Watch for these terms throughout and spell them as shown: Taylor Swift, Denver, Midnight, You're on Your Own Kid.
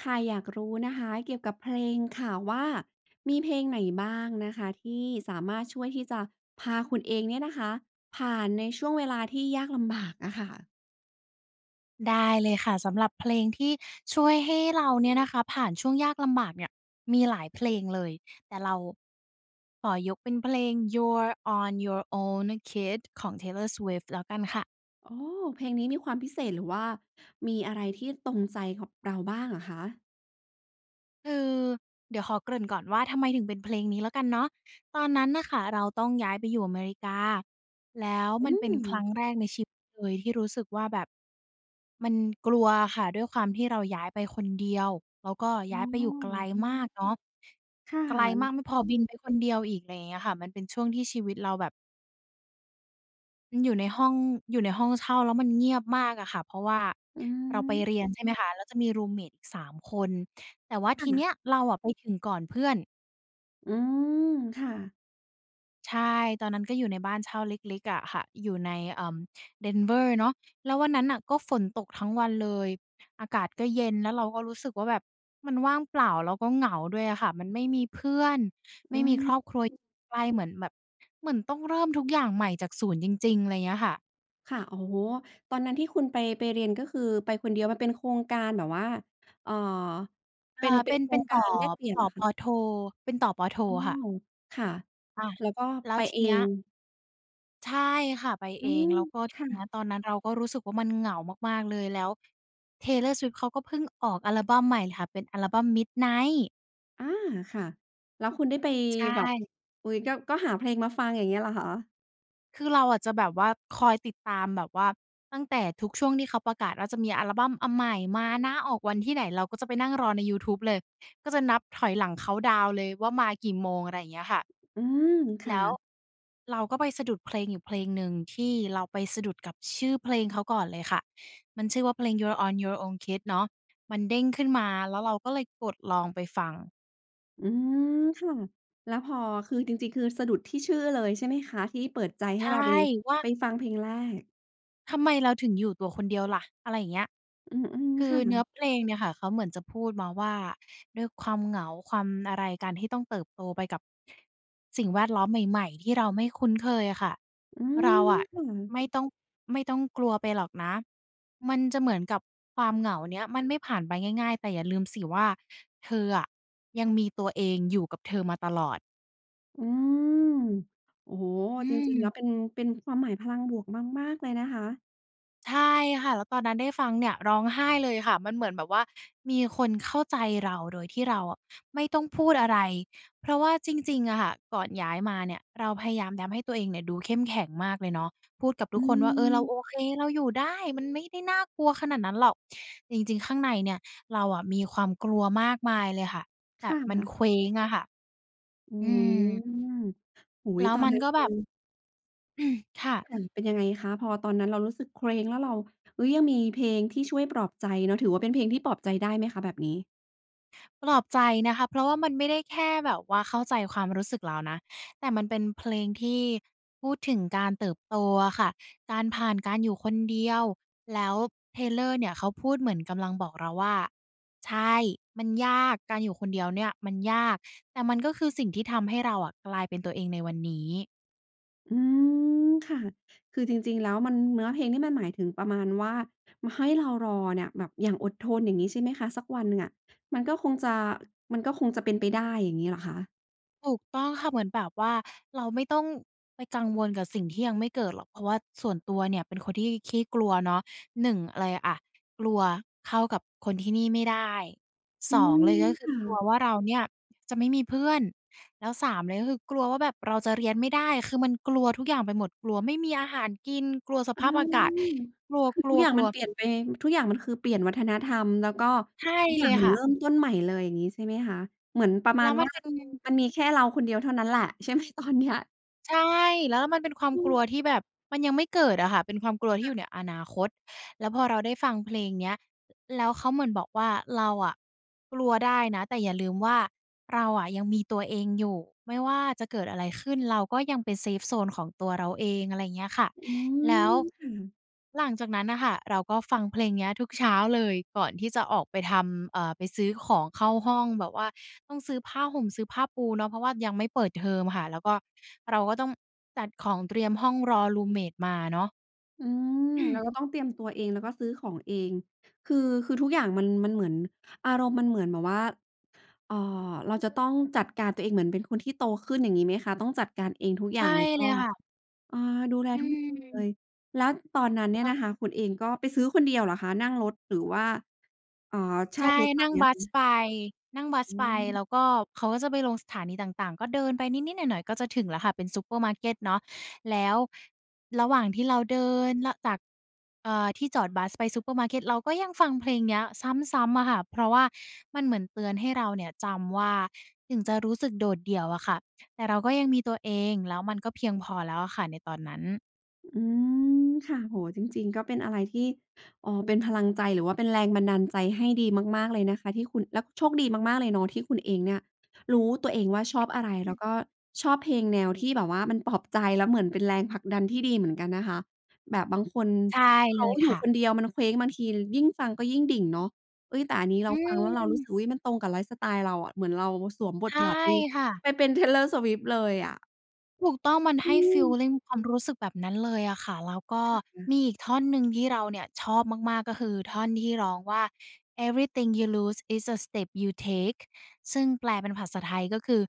ค่ะอยากรู้นะคะเกี่ยวกับเพลงค่ะว่ามีเพลงไหนบ้างนะคะที่สามารถช่วยที่จะพาคุณเองเนี่ยนะคะผ่านในช่วงเวลาที่ยากลำบากอะค่ะได้เลยค่ะสำหรับเพลงที่ช่วยให้เราเนี่ยนะคะผ่านช่วงยากลำบากเนี่ยมีหลายเพลงเลยแต่เราขอยกเป็นเพลง You're on Your Own Kid ของ Taylor Swift แล้วกันค่ะ โอ้เพลงนี้มีความพิเศษหรือว่ามีอะไรที่ตรงใจกับเราบ้างอะคะคือเดี๋ยวขอเกริ่นก่อนว่าทำไมถึงเป็นเพลงนี้แล้วกันเนาะตอนนั้นน่ะค่ะเราต้องย้ายไปอยู่อเมริกาแล้วอืมันเป็นมครั้งแรกในชีวิตเลยที่รู้สึกว่าแบบมันกลัวอะค่ะด้วยความที่เราย้ายไปคนเดียวแล้วก็ย้ายอ๋ไปอยู่ไกลอือมมากเนาะคไกล่ะมากไม่พอบินไปคนเดียวอีกไรเงี้ยค่ะมันเป็นช่วงที่ชีวิตเราแบบ อยู่ในห้องอยู่ในห้องเช่าแล้วมันเงียบมากอะค่ะเพราะว่าอืเรามไปเรียนใช่ไหมคะแล้วจะมีรูมเมตอีก3 คนแต่ว่าทีค่ะเนี้ยเราอะไปถึงก่อนเพื่อนอืมค่ะใช่ตอนนั้นก็อยู่ในบ้านเช่าเล็กๆอะค่ะอยู่ในเอ่อ Denver เนาะแล้ววันนั้นน่ะก็ฝนตกทั้งวันเลยอากาศก็เย็นแล้วเราก็รู้สึกว่าแบบมันว่างเปล่าแล้วก็เหงาด้วยอะค่ะมันไม่มีเพื่อนไม่อืมีคม รอบครัวใกล้เหมือนแบบเหมือนต้องเริ่มทุกอย่างใหม่จากศูนย์จริงๆอะไรเงี้ยค่ะ ค่ะโอโอตอนนั้นที่คุณไปเรียนก็คือไปคนเดียวมันเป็นโครงการแบบว่าเอ่ออ่าเป็นเป็นโครเป็นงกาต่อรแลกเปลี่ยนต่เหอรอปคะอโทเป็นต่อปอโทอ๋อค่ะค่ะอาแล้วก็แล้ไปวทีเอเนี้ยงใช่ค่ะไปอืเองมแล้วก็ทีค่ะเนี้ยตอนนั้นเราก็รู้สึกว่ามันเหงามากๆเลยแล้ว Taylor Swift เขาก็เพิ่งออกอัลบัมใหม่ค่ะเป็นอัลบัม Midnight อาค่ะแล้วคุณได้ไปใช่แบบอุ๊ยก็หาเพลงมาฟังอย่างเงี้ยเหรอคะคือเราอะจะแบบว่าคอยติดตามแบบว่าตั้งแต่ทุกช่วงที่เขาประกาศว่าจะมีอัลบัมอันใหม่มานะออกวันที่ไหนเราก็จะไปนั่งรอในยูทูบเลยก็จะนับถอยหลังเคานต์ดาวน์เลยว่ามากี่โมงอะไรอย่างเงี้ยค่ะ อืมแล้วค่ะเราก็ไปสะดุดเพลงอยู่เพลงหนึ่งที่เราไปสะดุดกับชื่อเพลงเขาก่อนเลยค่ะมันชื่อว่าเพลง You're On Your Own Kid เนาะมันเด้งขึ้นมาแล้วเราก็เลยกดลองไปฟังอืมค่ะแล้วพอคือจริงๆคือสะดุดที่ชื่อเลยใช่ไหมคะ ที่เปิดใจให้ใช่เราไปว่าฟังเพลงแรกทำไมเราถึงอยู่ตัวคนเดียวล่ะอะไรอย่างเงี้ย อืมคืๆอเนื้อค่ะเพลงเนี่ยค่ะเขาเหมือนจะพูดมาว่าด้วยความเหงาความอะไรการที่ต้องเติบโตไปกับสิ่งแวดล้อมใหม่ๆที่เราไม่คุ้นเคยอะค่ะอืเรามอะคไม่่ะ ต้องไม่ต้องกลัวไปหรอกนะมันจะเหมือนกับความเหงาเนี้ยมันไม่ผ่านไปง่ายๆแต่อย่าลืมสิว่าเธออะยังมีตัวเองอยู่กับเธอมาตลอดอืมโอ้โฮอืจริงๆแล้วเป็ม นความหมายพลังบวกมากๆเลยนะคะใช่ค่ะแล้วตอนนั้นได้ฟังเนี่ยร้องไห้เลยค่ะมันเหมือนแบบว่ามีคนเข้าใจเราโดยที่เราอะไม่ต้องพูดอะไรเพราะว่าจริงๆอะค่ะก่อนย้ายมาเนี่ยเราพยายามทำให้ตัวเองเนี่ยดูเข้มแข็งมากเลยเนาะพูดกับทุอืกคนว่าเออเราโอมเคเราอยู่ได้มันไม่ได้น่ากลัวขนาดนั้นหรอกแต่จริงๆข้างในเนี่ยเราอะมีความกลัวมากมายเลยค่ะแบบค่ะมันเคว้งอะค่ะอือืมมโอ้โฮแล้วตอนมันนั้นก็แบคือบ ค่ะ ค่ะเป็นยังไงคะพอตอนนั้นเรารู้สึกเคว้งแล้วเราเฮ้ยยังมีเพลงที่ช่วยปลอบใจเนาะถือว่าเป็นเพลงที่ปลอบใจได้ไหมคะแบบนี้ปลอบใจนะคะเพราะว่ามันไม่ได้แค่แบบว่าเข้าใจความรู้สึกเรานะแต่มันเป็นเพลงที่พูดถึงการเติบโตอะค่ะการผ่านการอยู่คนเดียวแล้ว Taylor เนี่ยเขาพูดเหมือนกำลังบอกเราว่าใช่มันยากการอยู่คนเดียวเนี่ยมันยากแต่มันก็คือสิ่งที่ทำให้เราอะกลายเป็นตัวเองในวันนี้ อืมค่ะคือจริงๆแล้วมันเนื้อเพลงนี่มันหมายถึงประมาณว่ามาให้เรารอเนี่ยแบบอย่างอดทนอย่างงี้ใช่ไหมคะสักวันหนึ่งอะมันก็คงจะมันก็คงจะเป็นไปได้อย่างงี้เหรอคะ ถูกต้องค่ะเหมือนแบบว่าเราไม่ต้องไปกังวลกับสิ่งที่ยังไม่เกิดหรอกเพราะว่าส่วนตัวเนี่ยเป็นคนที่ขี้กลัวเนาะหนึ่งอะไรอะกลัวเข้ากับคนที่นี่ไม่ได้สอืองมเลยก็คือกลัวค่ะว่าเราเนี่ยจะไม่มีเพื่อนแล้วสามเลยก็คือกลัวว่าแบบเราจะเรียนไม่ได้คือมันกลัวทุกอย่างไปหมดกลัวไม่มีอาหารกินกลัวสภาอาพอากาศกลคือทุักอย่างมัวนๆๆเปลี่ยนไปทุกอย่างมันคือเปลี่ยนวัฒนธรรมแล้วก็ใช่ทุกอเลย่างยมันค่ะเริ่มต้นใหม่เลยอย่างงี้ใช่ไหมคะเหมือนประแล้มาวณมันว่าเป็น มันมีแค่เราคนเดียวเท่านั้นแหละใช่ไหมตอนเนี้ยใช่แล้วมันเป็นความอืกมลัวที่แบบมันยังไม่เกิดอะค่ะเป็นความกลัวที่อยู่ในอนาคตแล้วพอเราได้ฟังเพลงเนี้ยแล้วเขาเหมือนบอกว่าเราอะกลัวได้นะแต่อย่าลืมว่าเราอะยังมีตัวเองอยู่ไม่ว่าจะเกิดอะไรขึ้นเราก็ยังเป็นเซฟโซนของตัวเราเองอะไรอย่างเงี้ยค่ะ อืแล้มวค่ะหลังจากนั้นน่ะค่ะเราก็ฟังเพลงเนี้ยทุกเช้าเลยก่อนที่จะออกไปทำไปซื้อของเข้าห้องแบบว่าต้องซื้อผ้าห่มซื้อผ้าปูเนาะเพราะว่ายังไม่เปิดเทอมค่ะแล้วก็เราก็ต้องจัดของเตรียมห้องรอรูมเมตมาเนาะ อืมเราก็ ต้องเตรียมตัวเองแล้วก็ซื้อของเองคือคือทุกอย่างมันเหมือนอารมณ์มันเหมือนแบบว่าเอ่อเราจะต้องจัดการตัวเองเหมือนเป็นคนที่โตขึ้นอย่างงี้ไหมคะต้องจัดการเองทุกอใช่ย่างเลยเลก็ ยค่ะอาดูแลอืทุกเลย ม แล้วตอนนั้นเนี่ยนะคะคุณเองก็ไปซื้อคนเดียวเหรอคะนั่งรถหรือว่าเอ่อเช่าใช่รถไปนั่งอะบัสคะไปนั่งบัสอไปแล้วม ก็เขาก็จะไปลงสถานีต่างๆก็เดินไปนิดๆหน่อยๆก็จะถึงแล้วค่ะเป็นซูเปอร์มาร์เกตเนาะแล้วระหว่างที่เราเดินลจากที่จอดบัสไปซูเปอร์มาร์เกตเราก็ยังฟังเพลงเนี้ยซ้ำๆอะค่ะเพราะว่ามันเหมือนเตือนให้เราเนี่ยจำว่าถึงจะรู้สึกโดดเดี่ยวอะค่ะแต่เราก็ยังมีตัวเองแล้วมันก็เพียงพอแล้วอะค่ะในตอนนั้นอืมค่ะโอ้โฮจริงๆก็เป็นอะไรที่อ๋อเป็นพลังใจหรือว่าเป็นแรงบันดาลใจให้ดีมากๆเลยนะคะที่คุณแล้วโชคดีมากๆเลยเนาะที่คุณเองเนี่ยรู้ตัวเองว่าชอบอะไรแล้วก็ชอบเพลงแนวที่แบบว่ามันปลอบใจแล้วเหมือนเป็นแรงผลักดันที่ดีเหมือนกันนะคะแบบบางคนใช่เลเขายอยู่ค่ะคนเดียวมันเคว้งบางทียิ่งฟังก็ยิ่งดิ่งเนาะเฮ้ยแต่อันนี้อืเราฟังแล้วเรามรู้สึกอุ๊ยมันตรงกับไลฟ์สไตล์เราอะเหมือนเราสวมบทใช่บาทไปค่ะ เป็น Taylor Swift เลยอะถูกต้องมันอืให้ฟีมลลิงความรู้สึกแบบนั้นเลยอะค่ะแล้วก็มีอีกท่อนหนึ่งที่เราเนี่ยชอบมากๆก็คือท่อนที่ร้องว่า "Everything you lose is a step you take" ซึ่งแปลเป็นภาษาไทยก็คือ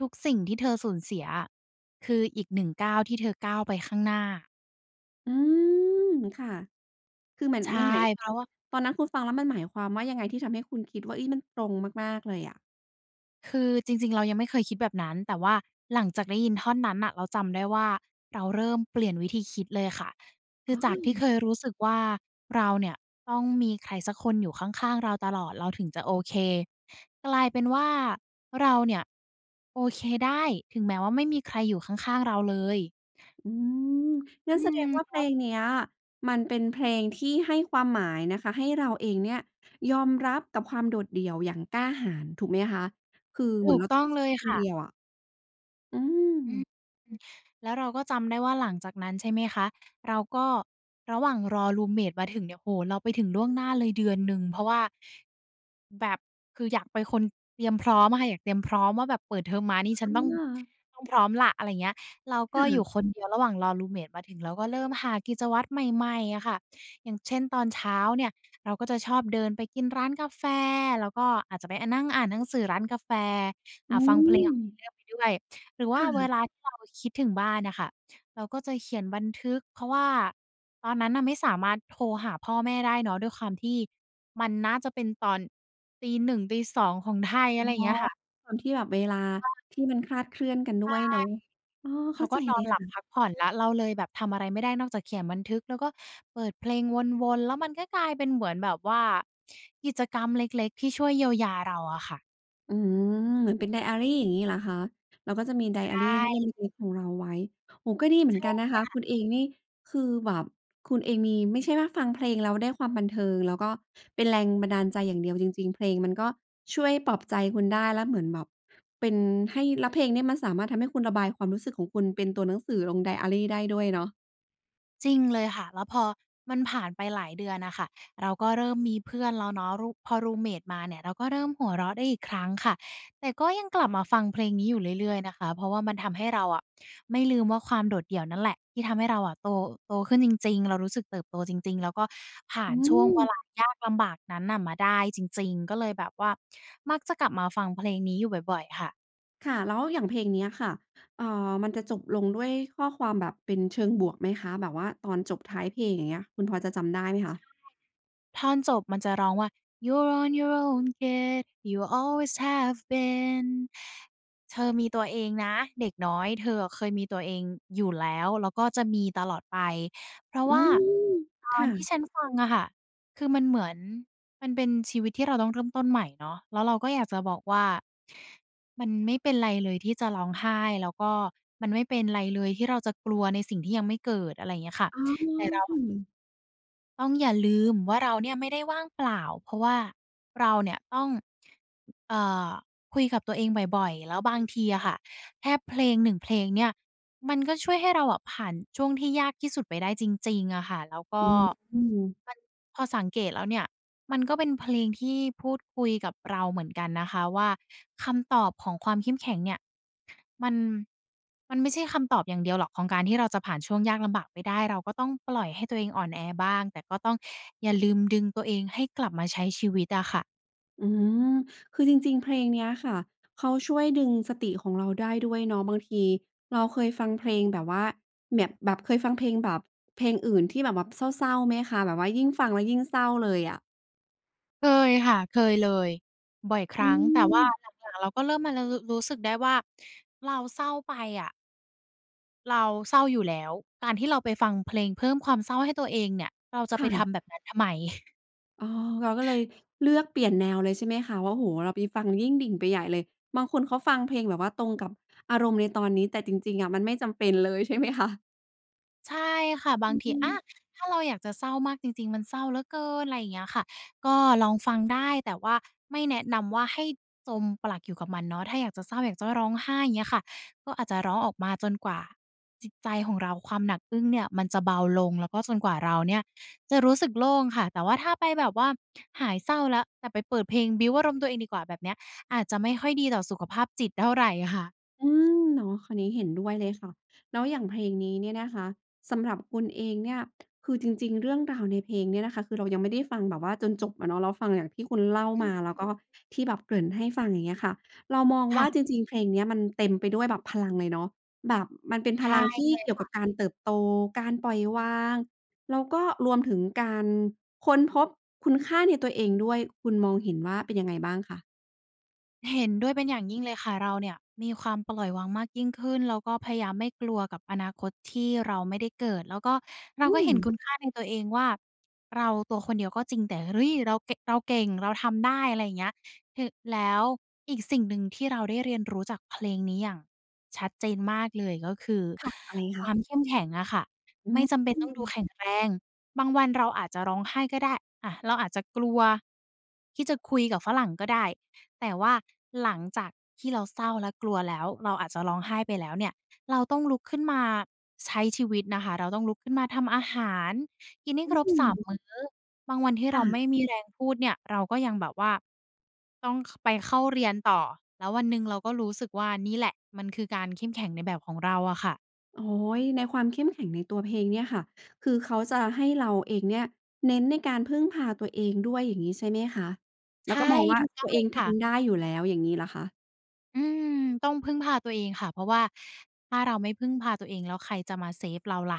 ทุกสิ่งที่เธอสูญเสียอะคืออีกหนึ่งก้าวที่เธอก้าวไปข้างหน้าอืมค่ะ คือเหมือนใช่มันหมายคเพวามราะว่า ตอนนั้นคุณฟังแล้วมันหมายความว่ายังไงที่ทำให้คุณคิดว่าเฮ้ยมันตรงมากๆเลยอะคือจริงๆเรายังไม่เคยคิดแบบนั้นแต่ว่าหลังจากได้ยินท่อนนั้นน่ะเราจำได้ว่าเราเริ่มเปลี่ยนวิธีคิดเลยค่ะคืออาจากที่อเคยรู้สึกว่าเราเนี่ยต้องมีใครสักคนอยู่ข้างๆเราตลอดเราถึงจะโอเคกลายเป็นว่าเราเนี่ยโอเคได้ถึงแม้ว่าไม่มีใครอยู่ข้างๆเราเลยอืมงั้นอืแสดงว่าเพลมงเนี้ยมันเป็นเพลงที่ให้ความหมายนะคะให้เราเองเนี่ยยอมรับกับความโดดเดี่ยวอย่างกล้าหาญถูกไหมคะคือเหมืถูอนกเราต้อต้องงเผเลชิญยคนค่ะ เดียวอะอืมอืมแล้วเราก็จำได้ว่าหลังจากนั้นใช่ไหมคะเราก็ระหว่างรอรูมเมตมาถึงเนี่ยโอ้โฮเราไปถึงล่วงหน้าเลยเดือนหนึ่งเพราะว่าแบบคืออยากไปคนเตรียมพร้อมอะค่ะอยากเตรียมพร้อมว่าแบบเปิดเทอมมานี่ฉัอืนต้องาต้องพร้อมล่ะอะไรอย่างเงี้ยเราก็อยู่คค่ะนเดียวระหว่างรอรูมเมตมาถึงเราก็เริ่มหากิจวัตรใหม่ๆอะค่ะอย่างเช่นตอนเช้าเนี่ยเราก็จะชอบเดินไปกินร้านกาแฟแล้วก็อาจจะไปอนั่งอ่านหนังสือร้านกาแฟอือ่าฟังเพลงขมอง Taylor ไปด้วย หรือว่าค่เวะลาที่เราคิดถึงบ้านน่ะค่ะเราก็จะเขียนบันทึกเพราะว่าตอนนั้นน่ะไม่สามารถโทรหาพ่อแม่ได้เนาะด้วยความที่มันน่าจะเป็นตอนตีหนึ1งตี2องของไทยอ๋อะอไรอย่างเงี้ยค่ะความที่แบบเวลาที่มันคลาดเคลื่อนกันด้วยใช่เนาะอออเขาเข้าใจก็นอเลนยหลับค่ะ พักผ่อนแล้วเราเลยแบบทำอะไรไม่ได้นอกจากเขียนบันทึกแล้วก็เปิดเพลงวนๆแล้วมันก็กลายเป็นเหมือนแบบว่ากิจกรรมเล็กๆที่ช่วยเยียวยาเราอะค่ะอืมเหมือนเป็นไดอารีอย่างงี้เหรอคะเราก็จะมีไดใชอารี่เล่มเล็กๆของเราไว้โอ้โฮก็ดีเหมือนใช่ กันนะคะคุณเองนี่คือแบบคุณเองมีไม่ใช่ว่าฟังเพลงแล้วได้ความบันเทิงแล้วก็เป็นแรงบันดาลใจอย่างเดียวจริงๆเพลงมันก็ช่วยปลอบใจคุณได้แล้วเหมือนแบบเป็นให้แล้วเพลงเนี่ยมันสามารถทำให้คุณระบายความรู้สึกของคุณเป็นตัวหนังสือลงไดอารีได้ด้วยเนาะจริงเลยค่ะแล้วพอมันผ่านไปหลายเดือนน่ะค่ะเราก็เริ่มมีเพื่อนแล้วเนาะรูพอรูมเมตมาเนี่ยเราก็เริ่มหัวเราะได้อีกครั้งค่ะแต่ก็ยังกลับมาฟังเพลงนี้อยู่เรื่อยๆนะคะเพราะว่ามันทำให้เราอะไม่ลืมว่าความโดดเดี่ยวนั่นแหละที่ทำให้เราอะโตขึ้นจริงๆเรารู้สึกเติบโตจริงๆแล้วก็ผ่าอืนช่วงเวม ลายากลำบากนั้นน่ะมาได้จริงๆก็เลยแบบว่ามักจะกลับมาฟังเพลงนี้อยู่บ่อยๆค่ะ ค่ะแล้วอย่างเพลงเนี้ยค่ะมันจะจบลงด้วยข้อความแบบเป็นเชิงบวกไหมคะแบบว่าตอนจบท้ายเพลงอย่างเงี้ยคุณพอจะจำได้ไหมคะท่อนจบมันจะร้องว่า "You're on your own kid, you always have been" เธอมีตัวเองนะเด็กน้อยเธอเคยมีตัวเองอยู่แล้วแล้วก็จะมีตลอดไปเพราะอืว่ามตอนค่ะที่ฉันฟังอะค่ะคือมันเหมือนมันเป็นชีวิตที่เราต้องเริ่มต้นใหม่เนาะแล้วเราก็อยากจะบอกว่ามันไม่เป็นไรเลยที่จะร้องไห้แล้วก็มันไม่เป็นไรเลยที่เราจะกลัวในสิ่งที่ยังไม่เกิดอะไรอย่างเงี้ยค่ะอ๋อแต่เรา ค่ะต้องอย่าลืมว่าเราเนี่ยไม่ได้ว่างเปล่าเพราะว่าเราเนี่ยต้องเอ่อคุยกับตัวเองบ่อยๆแล้วบางทีอะค่ะแค่เพลง1เพลงเนี่ยมันก็ช่วยให้เราอะผ่านช่วงที่ยากที่สุดไปได้จริงๆอะค่ะแล้วก็อืมมันพอสังเกตแล้วเนี่ยมันก็เป็นเพลงที่พูดคุยกับเราเหมือนกันนะคะว่าคำตอบของความเข้มแข็งเนี่ย มันมันไม่ใช่คำตอบอย่างเดียวหรอกของการที่เราจะผ่านช่วงยากลำบากไปได้เราก็ต้องปล่อยให้ตัวเองอ่อนแอบ้างแต่ก็ต้องอย่าลืมดึงตัวเองให้กลับมาใช้ชีวิตอะค่ะอืมคือจริงๆเพลงเนี้ยค่ะเขาช่วยดึงสติของเราได้ด้วยเนาะบางทีเราเคยฟังเพลงแบบว่าแบบเคยฟังเพลงแบบเพลงอื่นที่แบบเศร้าๆไหมคะแบบว่ายิ่งฟังแล้วยิ่งเศร้าเลยอะเคยค่ะเคยเลยบ่อยคอืรั้งแต่มว่าหลังๆเราก็เริ่มมารรูรู้สึกได้ว่าเราเศร้าไปอะเราเศร้าอยู่แล้วการที่เราไปฟังเพลงเพิ่มความเศร้าให้ตัวเองเนี่ยเราจะไปทำแบค่ะ บนั้นทำไม อ๋อเราก็เลยเลือกเปลี่ยนแนวเลยใช่ไหมคะว่าโอ้โฮเราไปฟังยิ่งดิ่งไปใหญ่เลยบางคนเขาฟังเพลงแบบว่าตรงกับอารมณ์ในตอนนี้แต่จริงๆอะมันไม่จำเป็นเลยใช่ไหมคะใช่ค่ะบางทีอืม ถ้าเราอยากจะเศร้ามากจริงๆมันเศร้าเหลือเกินอะไรอย่างเงี้ยค่ะก็ลองฟังได้แต่ว่าไม่แนะนำว่าให้จมปลักอยู่กับมันเนาะถ้าอยากจะเศร้าอยากจะร้องไห้อย่างเงี้ยค่ะก็อาจจะร้องออกมาจนกว่าจิตใจของเราความหนักอึ้งเนี่ยมันจะเบาลงแล้วก็จนกว่าเราเนี่ยจะรู้สึกโล่งค่ะแต่ว่าถ้าไปแบบว่าหายเศร้าแล้วแต่ไปเปิดเพลงบิลต์อารมณ์ตัวเองดีกว่าแบบเนี้ยอาจจะไม่ค่อยดีต่อสุขภาพจิตเท่าไรค่ะอืมเนาะคราวนี้เห็นด้วยเลยค่ะแล้วอย่างเพลงนี้เนี่ยนะคะสำหรับคุณเองเนี่ยคือจริงๆเรื่องราวในเพลงเนี่ยนะคะคือเรายังไม่ได้ฟังแบบว่าจนจบอะเนาะเราฟังอย่างที่คุณเล่ามาแล้วก็ที่แบบเกริ่นให้ฟังอย่างเงี้ยค่ะเรามองว่าจค่ะริงๆเพลงเนี้ยมันเต็มไปด้วยแบบพลังเลยเนาะแบบมันเป็นพใช่ลังที่เลย เกี่ยวกับการเติบโตการปล่อยวางแล้วก็รวมถึงการค้นพบคุณค่าในตัวเองด้วยคุณมองเห็นว่าเป็นยังไงบ้างคะเห็นด้วยเป็นอย่างยิ่งเลยค่ะเราเนี่ยมีความปล่อยวางมากยิ่งขึ้นแล้วก็พยายามไม่กลัวกับอนาคตที่เราไม่ได้เกิดแล้วก็เราอืก็เห็มนคุณค่าในตัวเองว่าเราตัวคนเดียวก็จริงแต่เฮ้ยเราเกะเราเก่งเราทำได้อะไรอย่างเงี้ยถึแล้วอีกสิ่งหนึ่งที่เราได้เรียนรู้จากเพลงนี้อย่างชัดเจนมากเลยก็คือค่ะอะไรคคะวามเข้มแข็งอะค่ะอืไม่มจำเป็นอต้องดูแข็งแรงบางวันเราอาจจะร้องไห้ก็ได้อะเราอาจจะกลัวที่จะคุยกับฝรั่งก็ได้ แต่ว่าหลังจากที่เราเศร้าและกลัวแล้วเราอาจจะร้องไห้ไปแล้วเนี่ยเราต้องลุกขึ้นมาใช้ชีวิตนะคะเราต้องลุกขึ้นมาทำอาหารกินให้ืครบสามม มื้อบางวันที่เราไม่ค่ะมีแรงพูดเนี่ยเราก็ยังแบบว่าต้องไปเข้าเรียนต่อแล้ววันหนึ่งเราก็รู้สึกว่านี่แหละมันคือการเข้มแข็งในแบบของเราอะค่ะโอ้โฮในความเข้มแข็งในตัวเพลงเนี่ยค่ะคือเขาจะให้เราเองเนี่ยเน้นในการพึ่งพาตัวเองด้วยอย่างงี้ใช่ไหมคะแล้วใช่ก็มองว่าถูกต้อตังวเอเลงยค่ะทำได้อยู่แล้วอย่างงี้เหรอคะอืมต้องพึ่งพาตัวเองค่ะเพราะว่าถ้าเราไม่พึ่งพาตัวเองแล้วใครจะมาเซฟเราล่ะ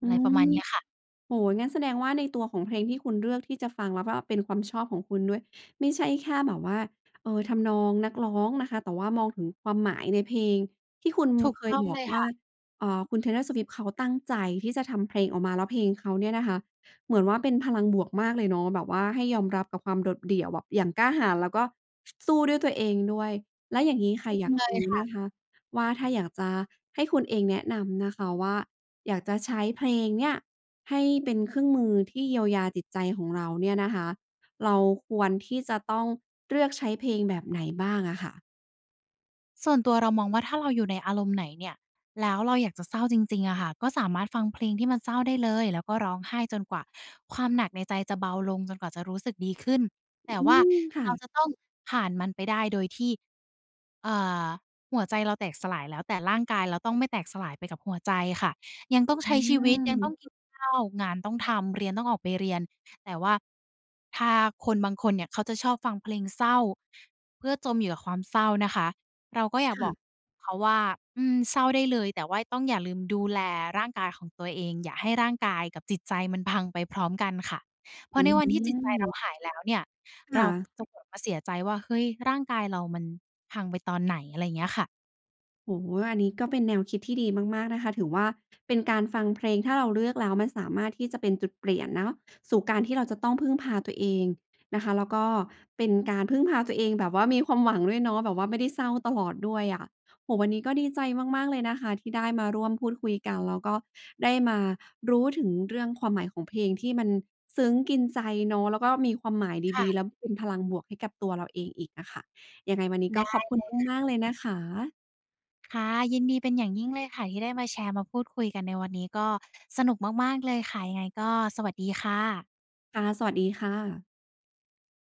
อือะไรปม ระมาณเนี้ยค่ะ โอ้โฮงั้นแสดงว่าในตัวของเพลงที่คุณเลือกที่จะฟังแล้วก็เป็นความชอบของคุณด้วยไม่ใช่แค่แบบว่าทำนองนักร้องนะคะแต่ว่ามองถึงความหมายในเพลงที่คุณถูกเคยต้องบอเลกยว่าค่ะคุณ Taylor Swift เขาตั้งใจที่จะทำเพลงออกมาแล้วเพลงเขาเนี่ยนะคะเหมือนว่าเป็นพลังบวกมากเลยเนาะแบบว่าให้ยอมรับกับความโดดเดี่ยวแบบอย่างกล้าหาญแล้วก็สู้ด้วยตัวเองด้วยแล้วอย่างงี้จค่ะริงอยากเลยรู้ค่ะ นะคะว่าถ้าอยากจะให้คุณเองแนะนำนะคะว่าอยากจะใช้เพลงเนี่ย ให้เป็นเครื่องมือที่เยียวยาจิตใจของเราเนี่ยนะคะ เราควรที่จะต้องเลือกใช้เพลงแบบไหนบ้างอะค่ะ ส่วนตัวเรามองว่าถ้าเราอยู่ในอารมณ์ไหนเนี่ยแล้วเราอยากจะเศร้าจริงๆอะค่ะก็สามารถฟังเพลงที่มันเศร้าได้เลยแล้วก็ร้องไห้จนกว่าความหนักในใจจะเบาลงจนกว่าจะรู้สึกดีขึ้นแต่อืว่ามค่ะ เราจะต้องผ่านมันไปได้โดยที่เอ่อหัวใจเราแตกสลายแล้วแต่ร่างกายเราต้องไม่แตกสลายไปกับหัวใจค่ะยังต้องอืใช้ชีวิตมยังต้องกินข้าวงานต้องทำเรียนต้องออกไปเรียนแต่ว่าถ้าคนบางคนเนี่ยเขาจะชอบฟังเพลงเศร้าเพื่อจมอยู่กับความเศร้านะคะ เราก็อยากบอกค่ะ เขาว่าอืมเศร้าได้เลยแต่ว่าต้องอย่าลืมดูแลร่างกายของตัวเองอย่าให้ร่างกายกับจิตใจมันพังไปพร้อมกันค่ะเพอืราะในวันที่จิตใจเรามหายแล้วเนี่ยเราค่ะ จะกลับมาเสียใจว่าเฮ้ยร่างกายเรามันพังไปตอนไหนอะไรอย่างเงี้ยค่ะโอ้โฮอันนี้ก็เป็นแนวคิดที่ดีมากๆนะคะ ถือว่าเป็นการฟังเพลงถ้าเราเลือกแล้วมันสามารถที่จะเป็นจุดเปลี่ยนเนาะสู่การที่เราจะต้องพึ่งพาตัวเองนะคะแล้วก็เป็นการพึ่งพาตัวเองแบบว่ามีความหวังด้วยเนาะแบบว่าไม่ได้เศร้าตลอดด้วยอะโอ้โฮวันนี้ก็ดีใจมากๆเลยนะคะที่ได้มาร่วมพูดคุยกันแล้วก็ได้มารู้ถึงเรื่องความหมายของเพลงที่มันซึ้งกินใจเนาะแล้วก็มีความหมายดีๆแล้ค่ะวเป็นพลังบวกให้กับตัวเราเองอีกอะค่ะยังไงวันนี้ก็ขอบได้คุณมากๆเลยนะคะ ค่ะยินดีเป็นอย่างยิ่งเลยค่ะที่ได้มาแชร์มาพูดคุยกันในวันนี้ก็สนุกมากๆเลยค่ะยังไงก็สวัสดีค่ะค่ะ สวัสดีค่ะ